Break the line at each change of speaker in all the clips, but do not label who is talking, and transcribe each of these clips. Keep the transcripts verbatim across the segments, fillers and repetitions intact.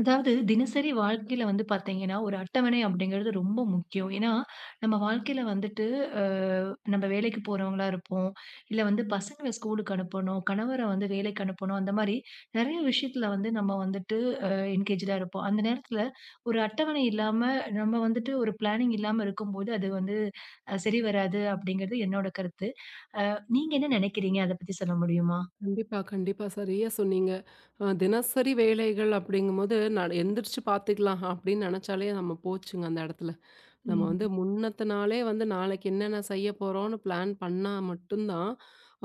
அதாவது தினசரி வாழ்க்கையில வந்து பார்த்தீங்கன்னா, ஒரு அட்டவணை அப்படிங்கிறது ரொம்ப முக்கியம். ஏன்னா, நம்ம வாழ்க்கையில வந்துட்டு அ நம்ம வேலைக்கு போறவங்களா இருப்போம். இல்ல வந்து பசங்கள ஸ்கூலுக்கு அனுப்பணும், கணவர வந்து வேலைக்கு அனுப்பணும். அந்த மாரி நெறைய விஷயத்துல வந்து நம்ம வந்துட்டு அ என்கேஜ்டா இருப்போம். அந்த நேரத்துல ஒரு அட்டவணை இல்லாம, நம்ம வந்துட்டு ஒரு பிளானிங் இல்லாம இருக்கும்போது, அது வந்து அ சரி வராது அப்படிங்கிறது என்னோட கருத்து. நீங்க என்ன நெனைக்கிறீங்க? அத பத்தி சொல்ல முடியுமா?
கண்டிப்பா, கண்டிப்பா. சரியா சொன்னீங்க. அ தினசரி வேலைகள் அப்படிங்கும்போது, நான் எந்திரிச்சு பார்த்துக்கலாம் அப்படின்னு நெனச்சாலே நம்ம போச்சுங்க அந்த இடத்துல. நம்ம வந்து
ம்.
முன்னத்த நாளே வந்து நாளைக்கு என்னென்ன செய்ய போறோம்னு பிளான் பண்ணா மட்டும்தான்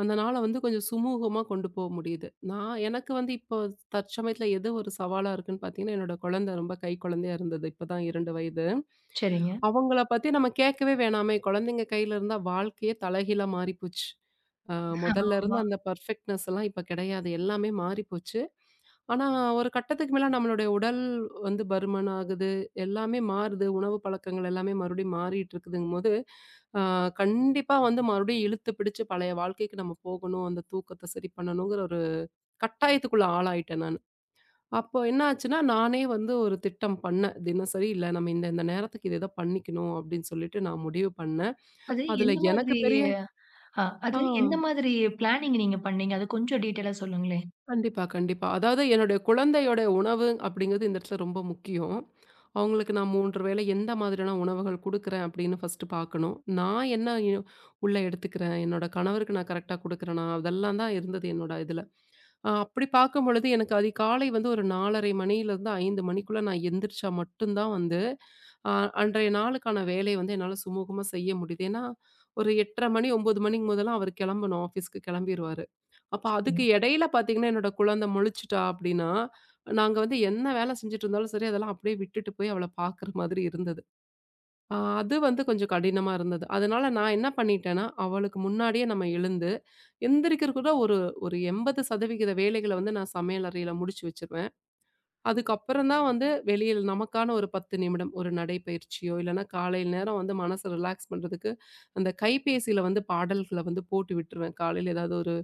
அந்த நாளை வந்து கொஞ்சம் சுமூகமா கொண்டு போக முடியுது. நான் எனக்கு வந்து இப்போ தற்சமயத்துல எது ஒரு சவாலா இருக்குன்னு பார்த்தீங்கன்னா, என்னோட குழந்தை ரொம்ப கை குழந்தையா இருந்தது. இப்பதான் இரண்டு வயது.
சரிங்க.
அவங்கள பத்தி நம்ம கேட்கவே வேணாமே! குழந்தைங்க கையில இருந்தா வாழ்க்கையே தலைகீழா மாறிப்போச்சு. அ முதல்ல இருந்த
ஆமா.
அந்த பெர்ஃபெக்ட்னஸ் எல்லாம் இப்ப கிடையாது. எல்லாமே மாறிப்போச்சு. ஆனா, ஒரு கட்டத்துக்கு மேல நம்மளுடைய உடல் வந்து பருமன் ஆகுது. எல்லாமே மாறுது. உணவு பழக்கங்கள் எல்லாமே மறுபடியும் மாறிட்டு இருக்குதுங்கும்போது, ஆ கண்டிப்பா வந்து மறுபடியும் இழுத்து பிடிச்சு பழைய வாழ்க்கைக்கு நம்ம போகணும். அந்த தூக்கத்த சரி பண்ணணுங்கிற ஒரு கட்டாயத்துக்குள்ள ஆளாயிட்டேன் நானு. அப்போ என்ன ஆச்சுன்னா, நானே வந்து ஒரு திட்டம் பண்ணேன். தினசரி இல்ல நம்ம இந்த இந்த நேரத்துக்கு இத இத பண்ணிக்கணும் அப்படின்னு சொல்லிட்டு நான் முடிவு பண்ணேன்.
அது
அதுல
எந்த மாதிரி
எனக்கு பெரிய
ஆ,
ஆ.
அது எந்த மாதிரி பிளானிங் நீங்க பண்ணீங்க? அது கொஞ்சம் டீட்டெயிலா சொல்லுங்களேன்.
கண்டிப்பா, கண்டிப்பா. அதாவது என்னுடைய குழந்தையோட உணவு அப்படிங்கிறது இந்த இடத்துல ரொம்ப முக்கியம். அவங்களுக்கு நான் மூன்று வேளை எந்த மாதிரியான உணவுகள் குடுக்குறேன் அப்படின்னு ஃபர்ஸ்ட்டு பார்க்கணும். நான் என்ன யு உள்ள எடுத்துக்கிறேன், என்னோட கணவருக்கு நான் கரெக்ட்டா குடுக்குறேனா, அதெல்லாம் தான் இருந்தது என்னோட இதுல. அ அப்படி பார்க்கும்பொழுது எனக்கு அதிகாலை வந்து ஒரு நாலரை மணியிலிருந்து ஐந்து மணிக்குள்ள நான் எந்திரிச்சா மட்டும் தான் வந்து, அ அன்றைய நாளுக்கான வேலைய வந்து என்னால சுமூகமா செய்ய முடியுது. ஏன்னா, ஒரு எட்டரை மணி ஒன்பது மணிக்கு முதலாம் அவர் கிளம்பணும் ஆஃபீஸ்க்கு கிளம்பிருவாரு. அப்ப
சரிங்க.
அதுக்கு இடையில பார்த்தீங்கன்னா, என்னோட குழந்தை முழிச்சுட்டா அப்படின்னா, நாங்க வந்து என்ன வேலை செஞ்சுட்டு இருந்தாலும் சரி, அதெல்லாம் அப்படியே விட்டுட்டு போய் அவள பார்க்குற மாதிரி இருந்தது. அ அது வந்து கொஞ்சம் கடினமா இருந்தது. அதனால நான் என்ன பண்ணிட்டேன்னா, அவளுக்கு முன்னாடியே நம்ம எழுந்து, எந்திரிக்கிறதுக்கு கூட ஒரு ஒரு எண்பது சதவீதம் வேலைகள வந்து நான் சமையல் அறையில முடிச்சு வச்சிருவேன். அதுக்கப்புறம் தான் வந்து வெளியில் நமக்கான ஒரு பத்து நிமிடம் ஒரு நடைப்பயிற்சியோ, இல்லன்னா காலையில நேரம் வந்து மனச ரிலாக்ஸ் பண்றதுக்கு, அந்த கைபேசியில வந்து பாடல்கள வந்து போட்டு விட்டுருவேன். காலையில ஏதாவது ஒரு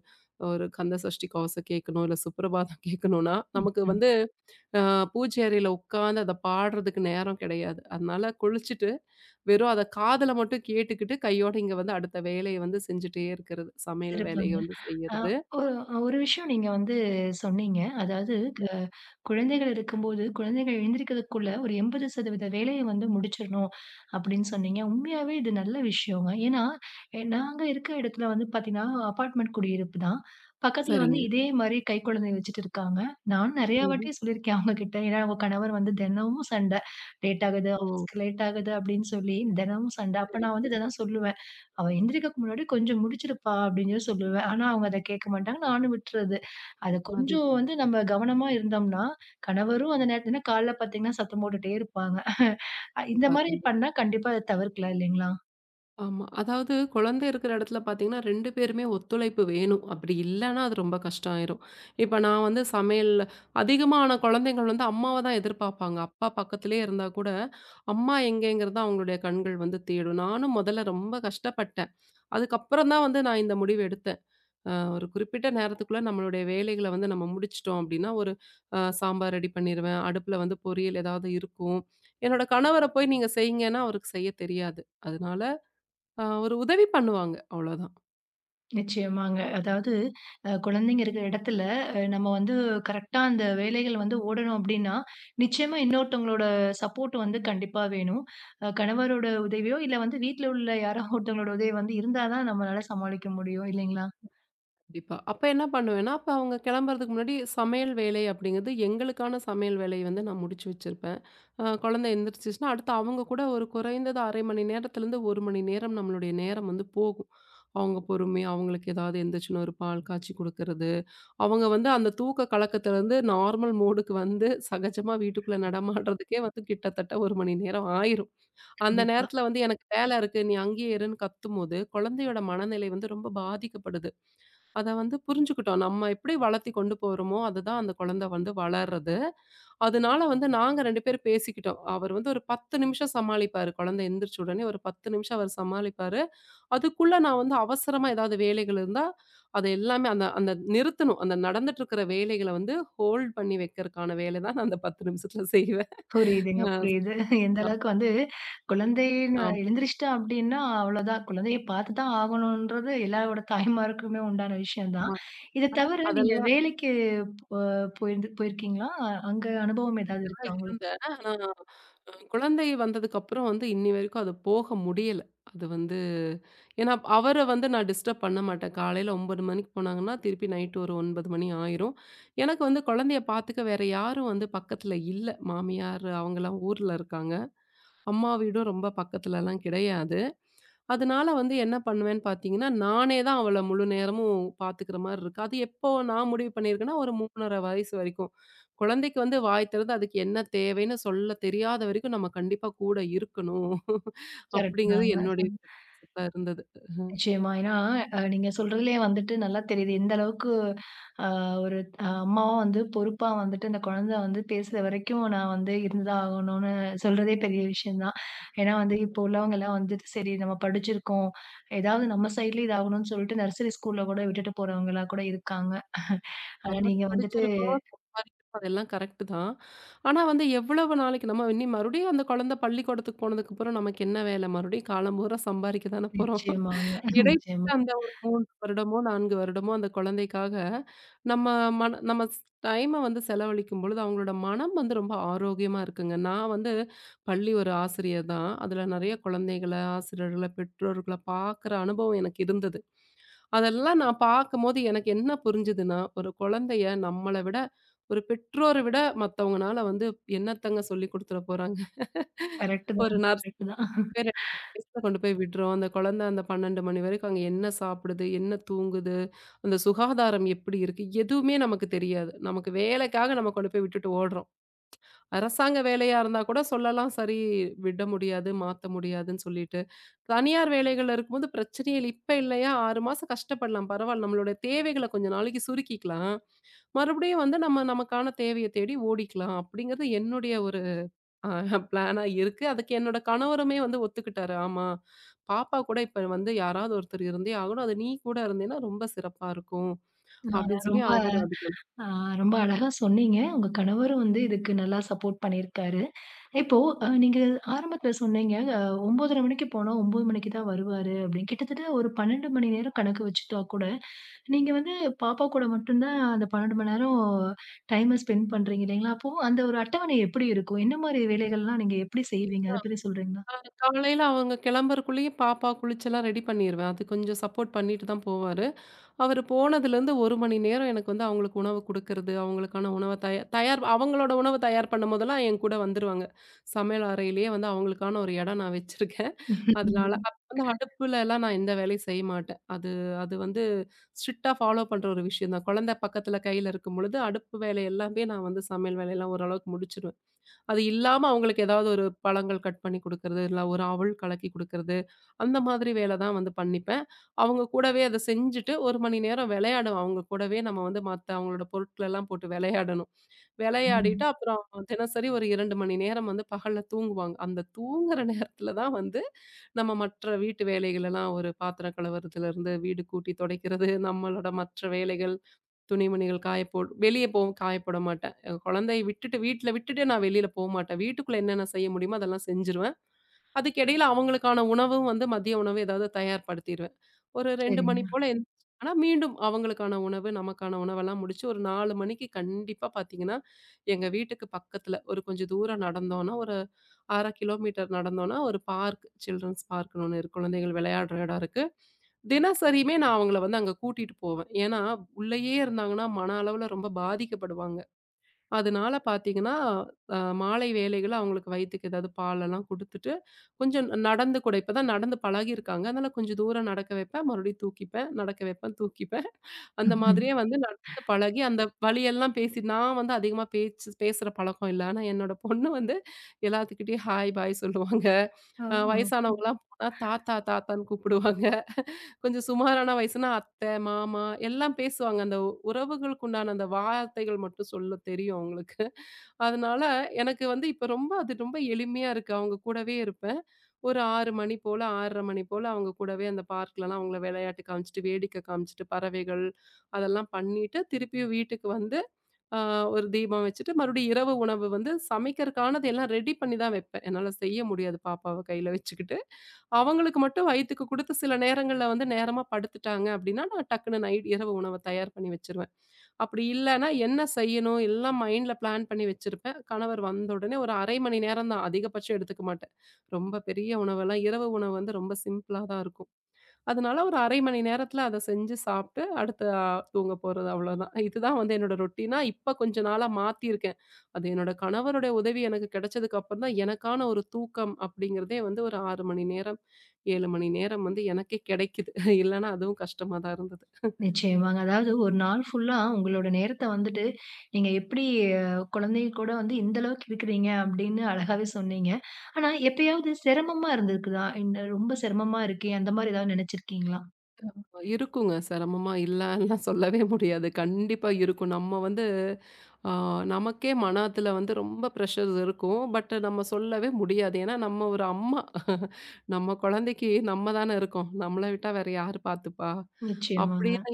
ஒரு கந்தசஷ்டி கவசம் கேட்கணும், இல்ல சுப்ரபாதம் கேட்கணும்னா,
ம்,
நமக்கு
ம்.
வந்து அ பூஜை அறையில உட்காந்து அத பாடுறதுக்கு நேரம் கிடையாது. அதனால குளிச்சுட்டு, வெறும் அத காதுல மட்டும் கேட்டுக்கிட்டு, கையோட இங்க வந்து அடுத்த வேலைய வந்து செஞ்சுட்டே இருக்கிறது. சமையல் வேலைய
சிறப்புங்க.
வந்து
அ
செய்யறது.
ஒரு ஒரு விஷயம் நீங்க வந்து சொன்னீங்க. அதாவது
ம்.
அ குழந்தைகள் இருக்கும்போது, குழந்தைகள் எழுந்திரிக்கிறதுக்குள்ள ஒரு எண்பது சதவீதம் வேலைய வந்து முடிச்சிடணும் அப்படின்னு சொன்னீங்க. உண்மையாவே இது நல்ல விஷயங்க. ஏன்னா, எ நாங்க இருக்கிற இடத்துல வந்து பார்த்தீங்கன்னா, அபார்ட்மெண்ட் குடியிருப்பு தான். பக்கத்துல ம். வந்து
சரிங்க.
இதே மாரி கைக்குழந்தைய வச்சுட்டு இருக்காங்க. நானும் நெறைய ம்.
ம்ஹ்ம்.
வாட்டி சொல்லியிருக்கேன் அவங்க கிட்ட. ஏன்னா, அவங்க கணவர் வந்து தினமும் சண்டை. லேட் ஆகுது, ம்.
ஓ!
ஆஃபீஸ்க்கு லேட் ஆகுது அப்படின்னு சொல்லி தினமும் சண்டை. அப்ப
சரி,
நான் வந்து
சரி.
இததான் சொல்லுவேன். அவ எந்திரிக்கிறதுக்கு முன்னாடி கொஞ்சம் முடிச்சிருப்பா அப்படின்னு சொல்லி சொல்லுவேன். ஆனா அவங்க அத கேட்க மாட்டாங்க. நானும் விட்டுறது. அது
அது
கொஞ்சம் வந்து நம்ம கவனமா இருந்தோம்னா, கணவரும் அந்த நேரத்துல காலைல பார்த்தீங்கன்னா சத்தம் போட்டுட்டே இருப்பாங்க. அ இந்த மாரி
பார்க்க
பண்ணா கண்டிப்பா அத தவிர்க்கலாம் இல்லைங்களா?
ஆமா. அதாவது குழந்தை இருக்கிற இடத்துல பார்த்தீங்கன்னா, ரெண்டு பேருமே ஒத்துழைப்பு வேணும். அப்படி இல்லன்னா அது ரொம்ப கஷ்டம் ஆயிரும். இப்ப நான் வந்து சமையல் அதிகமான குழந்தைகள் வந்து அம்மாவ தான் எதிர்பார்ப்பாங்க. அப்பா பக்கத்திலேயே இருந்தா கூட, அம்மா எங்கேங்கிறத அவங்களுடைய கண்கள் வந்து தேடும். நானும் முதல்ல ரொம்ப கஷ்டப்பட்டேன். அதுக்கப்புறம் தான் வந்து நான் இந்த முடிவு எடுத்தேன். அ ஒரு குறிப்பிட்ட நேரத்துக்குள்ள நம்மளுடைய வேலைகள வந்து நம்ம முடிச்சுட்டோம் அப்படின்னா, ஒரு அ சாம்பார் ரெடி பண்ணிருவேன். அடுப்புல வந்து பொரியல் ஏதாவது இருக்கும். என்னோட கணவர போய் நீங்க செய்யுங்கன்னா அவருக்கு செய்ய தெரியாது. அதனால அ ஒரு உதவி பண்ணுவாங்க. அவ்வளோதான்.
நிச்சயமாங்க. அதாவது அ குழந்தைங்க இருக்கிற இடத்துல அ நம்ம வந்து கரெக்ட்டா அந்த வேலைகள் வந்து ஓடணும் அப்படின்னா, நிச்சயமா இன்னொருத்தவங்களோட சப்போர்ட் வந்து கண்டிப்பா வேணும். அ கணவரோட உதவியோ, இல்ல வந்து வீட்ல உள்ள யாரோ ஒருத்தவங்களோட உதவி வந்து இருந்தா தான் நம்மளால சமாளிக்க முடியும் இல்லைங்களா?
கண்டிப்பா. அப்ப என்ன பண்ணுவேன்னா, அப்ப அவங்க கிளம்புறதுக்கு முன்னாடி சமையல் வேலை அப்படிங்கிறது எங்களுக்கான சமையல் வேலைய வந்து நான் முடிச்சு வச்சிருப்பேன். அ குழந்தை எந்திரிச்சுச்சுன்னா, அடுத்து அவங்க கூட ஒரு குறைந்தது அரை மணி நேரத்திலருந்து ஒரு மணி நேரம் நம்மளுடைய நேரம் வந்து போகும். அவங்க பொறுமையா அவங்களுக்கு ஏதாவது எந்திரிச்சுன்னா ஒரு பால் காய்ச்சி குடுக்கறது, அவங்க வந்து அந்த தூக்க கலக்கத்திலருந்து நார்மல் மோடுக்கு வந்து சகஜமா வீட்டுக்குள்ள நடமாடுறதுக்கே வந்து கிட்டத்தட்ட ஒரு மணி நேரம் ஆயிரும். அந்த
கண்டிப்பா.
நேரத்துல வந்து எனக்கு வேலை இருக்கு. நீ அங்கேயே இருன்னு கத்தும்போது, குழந்தையோட மனநிலை வந்து ரொம்ப பாதிக்கப்படுது. அத வந்து புரிஞ்சுக்கிட்டோம். நம்ம எப்படி வளர்த்தி கொண்டு போறோமோ, அதுதான் அந்த குழந்தை வந்து வளர்றது. அதனால வந்து நாங்க ரெண்டு பேரும் பேசிக்கிட்டோம். அவர் வந்து ஒரு பத்து நிமிஷம் சமாளிப்பாரு. குழந்தை எந்திரிச்ச உடனே ஒரு பத்து நிமிஷம் அவர் சமாளிப்பாரு. அதுக்குள்ள நான் வந்து அவசரமா ஏதாவது வேலைகள் இருந்தா, அது எல்லாமே அந்த அந்த நிறுத்தணும். அந்த நடந்துட்டு இருக்கிற வேலைகள வந்து ஹோல்ட் பண்ணி வைக்கிறதுக்கான வேலை தான் நான் அந்த பத்து நிமிஷத்துல செய்வேன்.
புரியுதுங்க, புரியுது. எந்த
அஹ்
அளவுக்கு வந்து குழந்தைன்னு எழுந்திரிச்சுட்டா அப்டின்னா, அவ்வளோதான். குழந்தைய பார்த்து தான் ஆகணுன்றது எல்லாரோட தாய்மாருக்குமே உண்டான விஷயம் தான்.
ஆமா.
இத தவிர நீங்க
அதெல்லாம்
வேலைக்கு போ போயிருந்து போயிருக்கீங்களா? அ- அங்க அனுபவம் ஏதாவது
தான்
இருக்கா உங்களுக்கு?
இருந்தேன். ஆனா, அ குழந்தை வந்ததுக்கப்புறம் வந்து இன்னி வரைக்கும் அது போக முடியல. அது வந்து ஏன்னா அவர வந்து நான் டிஸ்டர்ப் பண்ண மாட்டேன். காலையில ஒன்பது மணிக்கு போனாங்கன்னா, திருப்பி நைட் ஒரு ஒன்பது மணி ஆயிரும். எனக்கு வந்து குழந்தைய பார்த்துக்க வேற யாரும் வந்து பக்கத்துல இல்ல. மாமியார் அவங்கலாம் ஊர்ல இருக்காங்க. அம்மா வீடும் ரொம்ப பக்கத்துலலாம் கிடையாது. அதனால வந்து என்ன பண்ணுவேன்னு பார்த்தீங்கன்னா, நானே தான் அவள முழு நேரமும் பார்த்துக்கிற மாரி இருக்கு. அது எப்போ நான் முடிவு பண்ணியிருக்கேன்னா, ஒரு மூணு அரை வயசு வரைக்கும். குழந்தைக்கு வந்து வாய் திறந்து அதுக்கு என்ன தேவைன்னு சொல்ல தெரியாத வரைக்கும் நம்ம கண்டிப்பா கூட இருக்கணும்.
கரெக்ட்
அப்படிங்கிறது
தாங்க.
என்னுடைய கருத்தா இருந்தது.
நிச்சயமா. ஏன்னா, அ நீங்க சொல்றதுலயே வந்துட்டு நல்லா தெரியுது. எந்த அளவுக்கு அ ஒரு அ அம்மாவா வந்து பொறுப்பா வந்துட்டு அந்த குழந்தை வந்து பேசுற வரைக்கும் நான் வந்து இருந்துதான் ஆகணும்னு சொல்றதே பெரிய விஷயம் தான். ஏன்னா வந்து இப்போ உள்ளவங்கலாம் வந்துட்டு சரி நம்ம படிச்சிருக்கோம். ஏதாவது நம்ம சைட்லயும் இதாகணும்னு சொல்லிட்டு நர்சரி ஸ்கூல்ல கூட விட்டுட்டு போறவங்களா கூட இருக்காங்க. ஆனா
அதாவது
நீங்க வந்துட்டு
படிச்சிருக்கோம், சம்பாதிக்கிறோம். அதெல்லாம் கரெக்ட்டு தான். ஆனா வந்து எவ்வளவு நாளைக்கு நம்ம இனி மறுபடியும் அந்த குழந்தை பள்ளிக்கூடத்துக்கு போனதுக்கப்புறம் நமக்கு என்ன வேலை? மறுபடியும் காலம் பூரா சம்பாதிக்க தானே போறோம்.
நிச்சயமாங்க.
இடைப்பட்ட
நிச்சயமா.
அந்த ஒரு மூன்று வருடமோ, நான்கு வருடமோ அந்த குழந்தைக்காக நம்ம மன நம்ம ஸ் டைம வந்து செலவழிக்கும் பொழுது அவங்களோட மனம் வந்து ரொம்ப ஆரோக்கியமா இருக்குங்க. நான் வந்து பள்ளி ஒரு ஆசிரியர் தான். அதில நெறைய குழந்தைகள, ஆசிரியர்கள, பெற்றோர்கள பார்க்குற அனுபவம் எனக்கு இருந்தது. அதெல்லாம் நான் பார்க்கும்போது எனக்கு என்ன புரிஞ்சுதுன்னா, ஒரு குழந்தைய நம்மள விட, ஒரு பெற்றோர விட மத்தவங்கனால வந்து என்னத்தங்க சொல்லிக் குடுத்துற போறாங்க.
கரெக்ட்
ஒரு
தான்.
நர்ஸ்
கரெக்ட் தான்.
பேர் வயசுல கொண்டு போய் விடுறோம். அந்த குழந்தை அந்த பன்னிரண்டு மணி வரைக்கும் அங்க என்ன சாப்பிடுது? என்ன தூங்குது? அந்த சுகாதாரம் எப்படி இருக்கு? எதுவுமே நமக்கு தெரியாது. நமக்கு வேலைக்காக நம்ம கொண்டு போய் விட்டுட்டு ஓடுறோம். அரசாங்க வேலையா இருந்தா கூட சொல்லலாம். சரி விட முடியாது, மாத்த முடியாதுன்னு சொல்லிட்டு. தனியார் வேலைகள்ல இருக்கும்போது பிரச்சனையே இல்ல. இப்ப இல்லையா ஆறு மாசம் கஷ்டப்படலாம். பரவால்ல. நம்மளோட தேவைகள கொஞ்ச நாளைக்கு சுருக்கிக்கலாம். மறுபடியும் வந்து நம்ம நமக்கான தேவைய தேடி ஓடிக்கலாம். அப்படிங்கிறது என்னுடைய ஒரு அ பிளானா இருக்கு. அதுக்கு என்னோட கணவருமே வந்து ஒத்துக்கிட்டாரு. ஆமா. பாப்பா கூட இப்ப வந்து யாராவது ஒருத்தர் இருந்தே ஆகணும். அது நீ கூட இருந்தேன்னா ரொம்ப சிறப்பா இருக்கும்.
அ
அப்படின்னு சொல்லி
ரொம்ப
அவரு அதுக்கு
அ ரொம்ப அழகா சொன்னீங்க. உங்க கணவரும் வந்து இதுக்கு நல்லா சப்போர்ட் பண்ணியிருக்காரு. இப்போ அ நீங்க ஆரம்பத்துல சொன்னீங்க, அ ஒன்பதரை மணிக்கு போனா ஒன்பது மணிக்கு தான் வருவாரு அப்படின்னு. கிட்டத்தட்ட ஒரு பன்னிரண்டு மணி நேரம் கணக்கு வச்சுட்டா கூட, நீங்க வந்து பாப்பா கூட மட்டும் தான் அந்த பன்னிரண்டு மணி நேரம் டைம ஸ்பெண்ட் பண்றீங்க இல்லைங்களா? அப்போ அந்த ஒரு அட்டவணை எப்படி இருக்கும்? என்ன மாரி வேலைகள்லாம் நீங்க எப்படி செய்வீங்க? அத பத்தி சொல்றீங்களா?
அ காலையில அவங்க கிளம்புறக்குள்ளயே பாப்பா குளிச்செல்லாம் ரெடி பண்ணிருவேன். அது கொஞ்சம் சப்போர்ட் பண்ணிட்டு தான் போவாரு. அவரு போனதுலேருந்து ஒரு மணி நேரம் எனக்கு வந்து அவங்களுக்கு உணவு குடுக்கறது, அவங்களுக்கான உணவ தயா தயார் அவங்களோட உணவு தயார் பண்ணும்போதெல்லாம் என் கூட வந்துருவாங்க. சமையல் அறையிலேயே வந்து அவங்களுக்கான ஒரு இடம் நான் வச்சிருக்கேன். அதனால அப்ப வந்து அடுப்புலலாம் நான் எந்த வேலையும் செய்ய மாட்டேன். அது அது வந்து ஸ்ட்ரிக்ட்டா ஃபாலோ பண்ற ஒரு விஷயம் தான். குழந்தை பக்கத்துல கையில இருக்கும் பொழுது அடுப்பு வேலை எல்லாமே நான் வந்து சமையல் வேலையெல்லாம் ஓரளவுக்கு முடிச்சிருவேன். அது இல்லாம அவங்களுக்கு ஏதாவது ஒரு பழங்கள் கட் பண்ணி குடுக்கறது, இல்ல ஒரு அவல் கலக்கி குடுக்கறது, அந்த மாதிரி வேலை தான் வந்து பண்ணிப்பேன். அவங்க கூடவே அத செஞ்சுட்டு ஒரு மணி நேரம் விளையாடுவேன். அவங்க கூடவே நம்ம வந்து மத்த அவங்களோட பொருட்களெல்லாம் போட்டு விளையாடணும்.
ம்.
விளையாடிட்டு அப்புறம் தினசரி ஒரு இரண்டு மணி நேரம் வந்து பகல்ல தூங்குவாங்க. அந்த தூங்குற நேரத்துல தான் வந்து நம்ம மற்ற வீட்டு வேலைகளெல்லாம் ஒரு பாத்திரம் கழுவுறதுலருந்து வீடு கூட்டி தொடைக்கிறது, நம்மளோட மற்ற வேலைகள், துணிமணிகள் காய போடு வெளிய போவும் காய போட மாட்டேன். அ குழந்தைய விட்டுட்டு வீட்ல விட்டுட்டு நான் வெளியில போமாட்டேன். வீட்டுக்குள்ள என்னென்ன செய்ய முடியுமோ அதெல்லாம் செஞ்சுருவேன். அதுக்கு இடையில அவங்களுக்கான உணவும் வந்து மதிய உணவு ஏதாவது தயார்படுத்திருவேன். ஒரு 2 மணி
சரிங்க.
போல எந் ஆனா மீண்டும் அவங்களுக்கான உணவு, நமக்கான உணவெல்லாம் முடிச்சு ஒரு நாலு மணிக்கு கண்டிப்பா பார்த்தீங்கன்னா, எங்க வீட்டுக்கு பக்கத்துல ஒரு கொஞ்சம் தூரம் நடந்தோம்னா, ஒரு அரை கிலோமீட்டர் நடந்தோம்னா ஒரு பார்க் சில்ட்ரன்ஸ் பார்க்ன்னு ஒண்ணு இருக்கு. குழந்தைகள் விளையாடுற இடம் இருக்கு. தினசரியுமே நான் அவங்கள வந்து அங்க கூட்டிட்டு போவேன். ஏன்னா உள்ளயே இருந்தாங்கன்னா மன அளவுல ரொம்ப பாதிக்கப்படுவாங்க. அதனால பார்த்தீங்கன்னா, அ மாலை வேளைகள்ல அவங்களுக்கு வயித்துக்கு ஏதாவது பாலெல்லாம் குடுத்துட்டு, கொஞ்சம் ந- நடந்து கூட இப்ப தான் நடந்து பழகியிருக்காங்க. அதனால கொஞ்சம் தூரம் நடக்க வைப்பேன், மறுபடியும் தூக்கிப்பேன், நடக்க வைப்பேன், தூக்கிப்பேன். அந்த
ம்ஹ்ம்.
மாதிரியே வந்து நடந்து பழகி அந்த வழியெல்லாம் பேசி நான் வந்து அதிகமா பேச்சு பேசுற பழக்கம் இல்ல. ஆனா என்னோட பொண்ணு வந்து எல்லாத்துக்கிட்டயும் ஹாய், பாய் சொல்லுவாங்க. அ
ஆமா.
வயசானவங்கலாம் போனா தாத்தா, தாத்தான்னு கூப்பிடுவாங்க. கொஞ்சம் சுமாரான வயசுனா அத்தை, மாமா எல்லாம் பேசுவாங்க. அந்த உ- உறவுகளுக்கு உண்டான அந்த வார்த்தைகள் மட்டும் சொல்ல தெரியும் அவங்களுக்கு. அதனால எனக்கு வந்து இப்ப ரொம்ப அது ரொம்ப எளிமையா இருக்கு. அவங்க கூடவே இருப்பேன். ஒரு ஆறு மணி போல, ஆறரை மணி போல அவங்க கூடவே அந்த பார்க்லலாம் அவங்கள விளையாட்டு காமிச்சுட்டு, வேடிக்கை காமிச்சுட்டு, பறவைகள் அதெல்லாம் பண்ணிட்டு, திருப்பியும் வீட்டுக்கு வந்து அ ஒரு தீபம் வச்சுட்டு, மறுபடியும் இரவு உணவு வந்து சமைக்கிறதுக்கானது எல்லாம் ரெடி பண்ணி தான் வைப்பேன். என்னால செய்ய முடியாது பாப்பாவ கையில வச்சுக்கிட்டு. அவங்களுக்கு மட்டும் வயித்துக்கு குடுத்து சில நேரங்கள்ல வந்து நேரமா படுத்துட்டாங்க அப்படின்னா, நான் டக்குனு நைட் இரவு உணவ தயார் பண்ணி வச்சுருவேன். அப்படி இல்லன்னா என்ன செய்யணும் எல்லாம் மைண்ட்ல பிளான் பண்ணி வச்சிருப்பேன். கணவர் வந்த உடனே ஒரு அரை மணி நேரம் தான் அதிகபட்சம் எடுத்துக்க மாட்டேன். ரொம்ப பெரிய உணவெல்லாம் இரவு உணவு வந்து ரொம்ப சிம்பிளா தான் இருக்கும். அதனால ஒரு அரை மணி நேரத்தில அத செஞ்சு சாப்ட்டு, அடுத்து அ தூங்க போறது அவ்வளோதான். இதுதான் வந்து என்னோட ரொட்டீனா இப்ப கொஞ்ச நாளா மாத்தியிருக்கேன். அது என்னோட கணவருடைய உதவி எனக்கு கிடைச்சதுக்கு அப்புறம் தான் எனக்கான ஒரு தூக்கம் அப்படிங்கிறதே வந்து ஒரு ஆறு மணி நேரம், ஏழு மணி நேரம் வந்து எனக்கே கிடைக்குது. இல்லன்னா அதுவும் கஷ்டமா தான் இருந்தது.
நிச்சயமாங்க. அதாவது ஒரு நாள் ஃபுல்லா உங்களோட நேரத்த வந்துட்டு, நீங்க எப்படி அஹ், குழந்தைங்க கூட வந்து இந்த அளவுக்கு இருக்கிறீங்க அப்படின்னு அழகாவே சொன்னீங்க. ஆனா எப்பயாவது சிரமமா இருந்திருக்குதா? இந்த ரொம்ப சிரமமா இருக்கே அந்த மாரி ஏதாவது நினைச்சிருக்கீங்களா?
இருக்குங்க. சிரமமா இல்லன்லாம் சொல்லவே முடியாது. கண்டிப்பா இருக்கும். நம்ம வந்து ஆ, நமக்கே மனத்துல வந்து ரொம்ப ப்ரெஷர்ஸ் இருக்கும். பட் நம்ம சொல்லவே முடியாது. ஏன்னா, நம்ம ஒரு அம்மா. நம்ம குழந்தைக்கு நம்ம தானே இருக்கோம். நம்மள விட்டா வேற யாரு பார்த்துப்பா?
நிச்சயமாங்க.
அப்படின்னு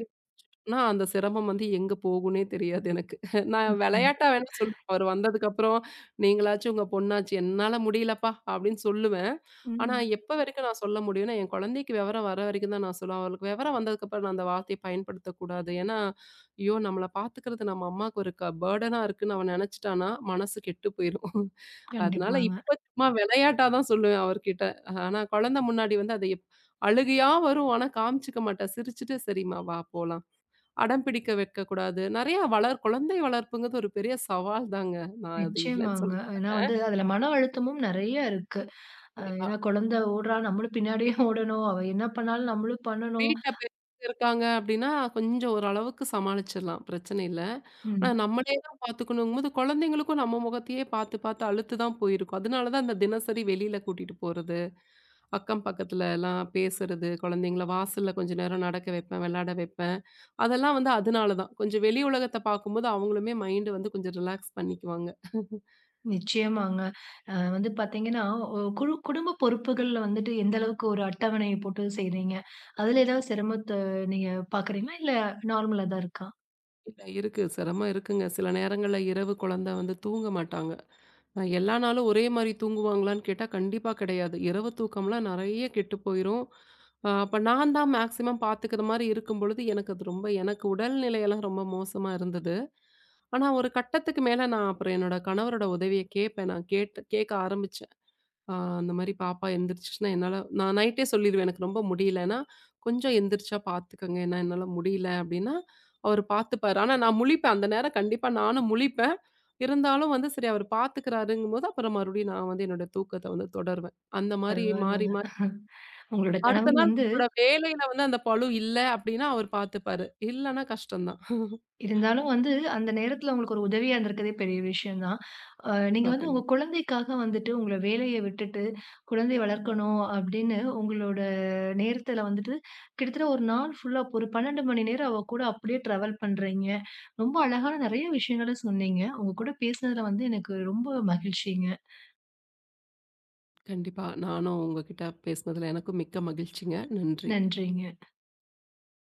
நான் அந்த சிரமம் வந்து எங்க போகும்னே தெரியாது எனக்கு. நான்
ம்.
விளையாட்டா வேணா சொல்லுவேன். அவர் வந்ததுக்கப்புறம், "நீங்களாச்சும் உங்க பொண்ணாச்சு, என்னால முடியலப்பா" அப்படின்னு சொல்லுவேன். ஆனா,
ம்.
எப்ப வரைக்கும் நான் சொல்ல முடியும்னா, என் குழந்தைக்கு விவரம் வர வரைக்கும் தான் நான் சொல்லுவேன். அவளுக்கு விவரம் வந்ததுக்கப்புறம் நான் அந்த வார்த்தைய பயன்படுத்தக்கூடாது. ஏன்னா, ஐயோ! நம்மள பார்த்துக்கிறது நம்ம அம்மாவுக்கு ஒரு க பர்டனா இருக்குன்னு அவ நெனச்சுட்டான்னா, மனசு கெட்டு போயிரும். அதனால
கண்டிப்பாங்க.
இப்ப சும்மா விளையாட்டா தான் சொல்லுவேன் அவர்கிட்ட. ஆனா, குழந்தை முன்னாடி வந்து அது எப் அழுகையா வரும். ஆனா, காமிச்சுக்க மாட்டா. சிரிச்சுட்டு, "சரிம்மா வா போலாம்." அடம் பிடிக்க வைக்கக்கூடாது. நெறைய வளர் குழந்தை வளர்ப்புங்கிறது ஒரு பெரிய சவால் தாங்க. நான் அது இல்லன்னு
நிச்சயமாங்க.
சொல்ல
ஏன்னா
மாட்டேன்.
வந்து அதுல மன அழுத்தமும் நெறைய இருக்கு. அ
கண்டிப்பா.
ஏன்னா குழந்தை ஓடுறா, நம்மளும் பின்னாடியே ஓடணும். அவ என்ன பண்ணாலும் நம்மளும் பண்ணணும்.
வீட்ல பெரியவங்க இருக்காங்க அப்டின்னா, கொஞ்சம் ஓரளவுக்கு சமாளிச்சிடலாம். பிரச்சனை இல்ல. ஆனா
ம்.
நம்மளே தான் பார்த்துக்கணுங்கும்போது, குழந்தைங்களுக்கும் நம்ம முகத்தையே பார்த்து, பார்த்து அலுத்து தான் போயிருக்கும். அதனால தான் அந்த தினசரி வெளியில கூட்டிட்டு போறது. அக்கம் பக்கத்துல எல்லாம் பேசுறது, குழந்தைங்கள வாசல்ல கொஞ்ச நேரம் நடக்க வைப்பேன், விளையாட வைப்பேன். அதெல்லாம் வந்து அதனால தான். கொஞ்சம் வெளி உலகத்த பார்க்கும்போது அவங்களுமே மைண்ட் வந்து கொஞ்சம் ரிலாக்ஸ் பண்ணிக்குவாங்க.
நிச்சயமாங்க. அ வந்து பார்த்தீங்கன்னா, ஒ குழு குடும்ப பொறுப்புகள்ல வந்துட்டு எந்த அளவுக்கு ஒரு அட்டவணைய போட்டு செய்றீங்க? அதுல ஏதாவது சிரமத்த நீங்க பார்க்குறீங்களா? இல்ல நார்மலா தான் இருக்கா?
இல்ல இருக்கு. சிரமம் இருக்குங்க. சில நேரங்கள்ல இரவு குழந்தை வந்து தூங்க மாட்டாங்க. அ எல்லா நாளும் ஒரே மாரி தூங்குவாங்களான்னு கேட்டா, கண்டிப்பா கிடையாது. இரவு தூக்கம்லாம் நெறைய கெட்டு போயிரும். அ அப்ப நான் தான் மேக்ஸிமம் பார்த்துக்கிற மாரி இருக்கும்பொழுது, எனக்கு அது ரொம்ப எனக்கு உடல்நிலையெல்லாம் ரொம்ப மோசமா இருந்தது. ஆனா, ஒரு கட்டத்துக்கு மேல நான் அப்புறம் என்னோட கணவரோட உதவிய கேட்பேன். நான் கேட்டு கேட்க ஆரம்பிச்சேன். ஆ அந்த மாரி பாப்பா எந்திரிச்சுச்சுன்னா, என்னால நான் நைட்டே சொல்லிருவேன். எனக்கு ரொம்ப முடியலன்னா, "கொஞ்சம் எந்திரிச்சா பாத்துக்கங்க. ஏன்னா என்னால முடியல." அப்டின்னா, அவரு பாத்துப்பாரு. ஆனா நான் முழிப்பேன். அந்த நேரம் கண்டிப்பா நானும் முழிப்பேன். இருந்தாலும் வந்து சரி அவரு பாத்துக்கிறாருங்கும்போது, அப்புறம் மறுபடியும் நான் வந்து என்னோட தூக்கத்த வந்து தொடருவேன். அந்த மாரி மாறி,
பரவாயில்லங்க.
மாறி
உங்களோட
அடுத்த
கணவர்
நாள்
வந்து
நம்மளோட வேலையில வந்து அந்த பளு இல்ல அப்டின்னா, அவரு பாத்துப்பாரு. இல்லன்னா கஷ்டம் தான்.
இருந்தாலும் வந்து, அந்த நேரத்துல உங்களுக்கு ஒரு உதவியா இருந்திருக்கிறதே பெரிய விஷயம் தான். அ நீங்க
கண்டிப்பா,
வந்து உங்க
கண்டிப்பா.
குழந்தைக்காக வந்துட்டு உங்கள வேலைய விட்டுட்டு, குழந்தைய வளர்க்கணும் அப்படின்னு உங்களோட நேரத்துல வந்துட்டு, கிட்டத்தட்ட ஒரு நாள் ஃபுல்லா ஒரு பன்னிரண்டு மணி நேரம் அவ கூட அப்படியே ட்ராவல் பண்றீங்க. ரொம்ப அழகான நெறைய விஷயங்கள சொன்னீங்க. உங்க கூட பேசுனதுல வந்து எனக்கு ரொம்ப மகிழ்ச்சிங்க.
கண்டிப்பா. நானும் உங்ககிட்ட பேசுனதுல எனக்கும் மிக்க மகிழ்ச்சிங்க. நன்றி.
நன்றிங்க.